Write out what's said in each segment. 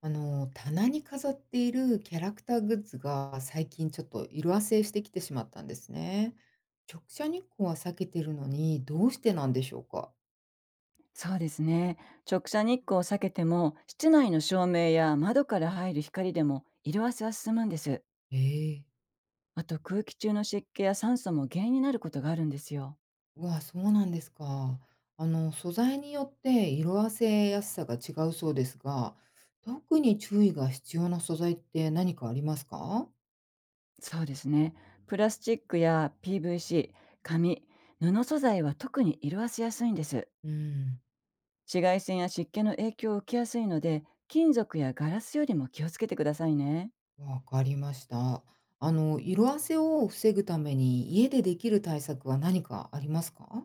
棚に飾っているキャラクターグッズが最近ちょっと色褪せしてきてしまったんですね。直射日光は避けてるのにどうしてなんでしょうか？そうですね。直射日光を避けても、室内の照明や窓から入る光でも色褪せは進むんです。ええ。あと、空気中の湿気や酸素も原因になることがあるんですよ。うわ、そうなんですか。素材によって色褪せやすさが違うそうですが、特に注意が必要な素材って何かありますか？そうですね。プラスチックや PVC、紙、布素材は特に色褪せやすいんです。うん。紫外線や湿気の影響を受けやすいので、金属やガラスよりも気をつけてくださいね。わかりました。色褪せを防ぐために家でできる対策は何かありますか？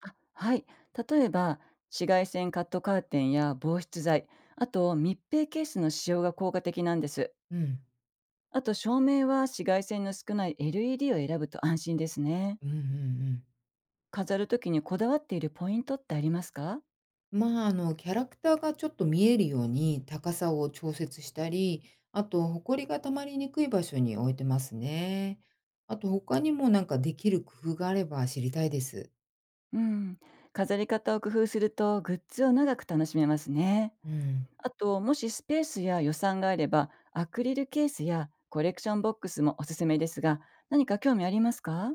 あ、はい。例えば、紫外線カットカーテンや防湿剤、あと密閉ケースの使用が効果的なんです。うん。あと、照明は紫外線の少ない LED を選ぶと安心ですね。うんうんうん。飾るときにこだわっているポイントってありますか？まあ、キャラクターがちょっと見えるように高さを調節したり、あと、ほこりが溜まりにくい場所に置いてますね。あと、他にもなんかできる工夫があれば知りたいです。うん。飾り方を工夫するとグッズを長く楽しめますね。うん。あと、もしスペースや予算があれば、アクリルケースやコレクションボックスもおすすめですが、何か興味ありますか？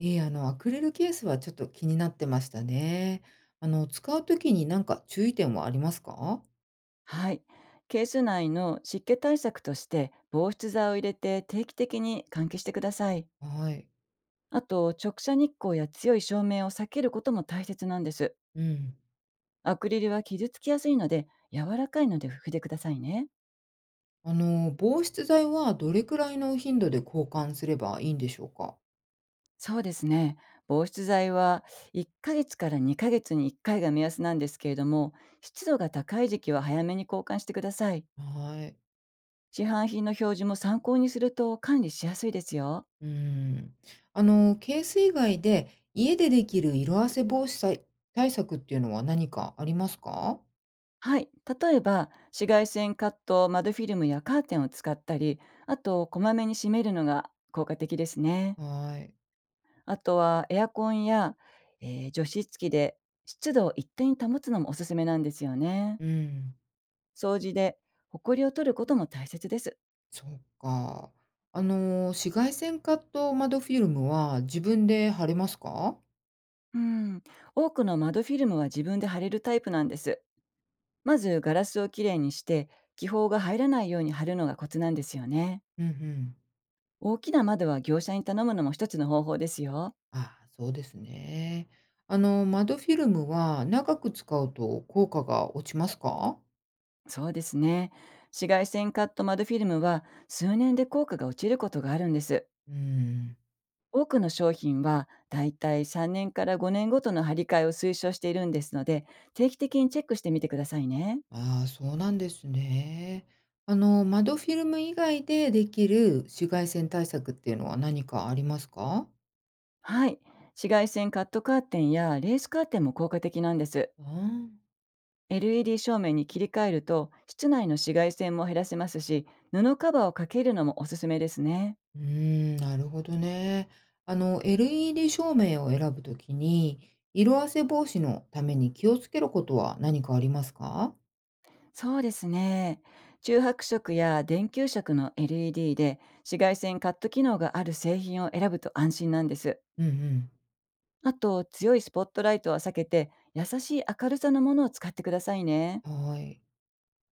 ええ、アクリルケースはちょっと気になってましたね。使うときになんか注意点はありますか？はい。ケース内の湿気対策として防湿剤を入れて、定期的に換気してください。はい。あと、直射日光や強い照明を避けることも大切なんです。うん。アクリルは傷つきやすいので、柔らかいので拭いてくださいね。防湿剤はどれくらいの頻度で交換すればいいんでしょうか？そうですね。防湿剤は1ヶ月から2ヶ月に1回が目安なんですけれども、湿度が高い時期は早めに交換してください。はい。市販品の表示も参考にすると管理しやすいですよ。うーん。ケース以外で家でできる色あせ防止さい対策っていうのは何かありますか？はい。例えば、紫外線カット、窓フィルムやカーテンを使ったり、あと、こまめに閉めるのが効果的ですね。はい。あとは、エアコンや、除湿機で湿度を一定に保つのもおすすめなんですよね。うん、掃除で、埃を取ることも大切です。そっか。あの、紫外線カット窓フィルムは自分で貼れますか？うん。多くの窓フィルムは自分で貼れるタイプなんです。まず、ガラスをきれいにして、気泡が入らないように貼るのがコツなんですよね。うんうん。大きな窓は業者に頼むのも一つの方法ですよ。ああ、そうですね。窓フィルムは長く使うと効果が落ちますか？そうですね。紫外線カット窓フィルムは数年で効果が落ちることがあるんです。うーん。多くの商品はだいたい3年から5年ごとの張り替えを推奨しているんですので、定期的にチェックしてみてくださいね。ああ、そうなんですね。窓フィルム以外でできる紫外線対策っていうのは何かありますか？はい。紫外線カットカーテンやレースカーテンも効果的なんです。ああ、LED 照明に切り替えると室内の紫外線も減らせますし、布カバーをかけるのもおすすめですね。うーん、なるほどね。LED 照明を選ぶときに、色褪せ防止のために気をつけることは何かありますか？そうですね。中白色や電球色の LED で紫外線カット機能がある製品を選ぶと安心なんです。うんうん。あと、強いスポットライトは避けて、優しい明るさのものを使ってくださいね。はい。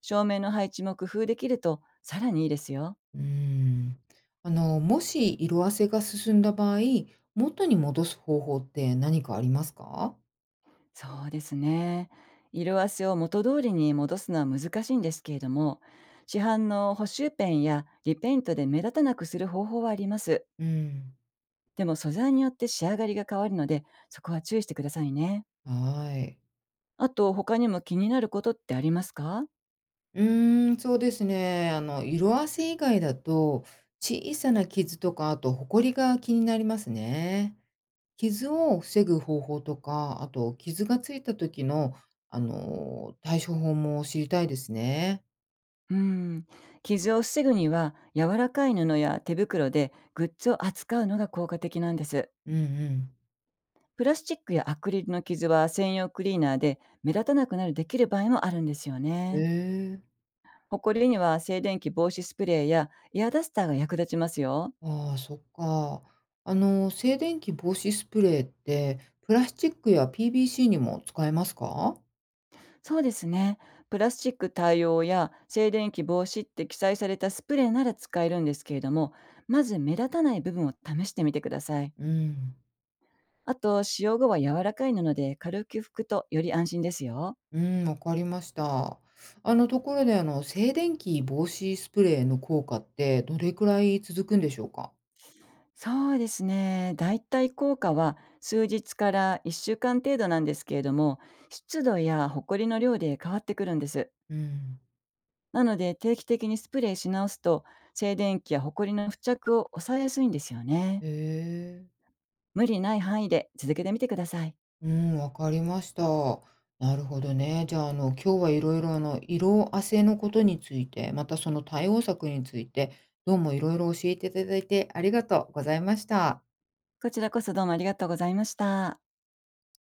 照明の配置も工夫できるとさらにいいですよ。うーん。もし色褪せが進んだ場合、元に戻す方法って何かありますか？そうですね。色あせを元通りに戻すのは難しいんですけれども、市販の補修ペンやリペイントで目立たなくする方法はあります。うん。でも、素材によって仕上がりが変わるので、そこは注意してくださいね。はい。あと、他にも気になることってありますか？うーん、そうですね。色あせ以外だと、小さな傷とか、あと、ほこりが気になりますね。傷を防ぐ方法とか、あと、傷がついた時の、対処法も知りたいですね。うん。傷を防ぐには、柔らかい布や手袋でグッズを扱うのが効果的なんです。うんプラスチックやアクリルの傷は専用クリーナーで目立たなくなるできる場合もあるんですようん。ね。へえ。ホコリには静電気防止スプレーやエアダスターが役立ちますよ。ああ、そっか。静電気防止スプレーって、プラスチックや PVC にも使えますか？そうですね。プラスチック対応や静電気防止って記載されたスプレーなら使えるんですけれども、まず目立たない部分を試してみてください。うん。あと、使用後は柔らかい布で軽く拭くとより安心ですよ。うん、わかりました。ところで、静電気防止スプレーの効果ってどれくらい続くんでしょうか？そうですね。だいたい効果は数日から1週間程度なんですけれども、湿度やホコリの量で変わってくるんです。うん。なので、定期的にスプレーし直すと、静電気やホコリの付着を抑えやすいんですよね。へえ。無理ない範囲で続けてみてください。うん、わかりました。なるほどね。じゃあ、今日は色々、色褪せのことについて、またその対応策について、どうも色々教えていただいてありがとうございました。こちらこそ、どうもありがとうございました。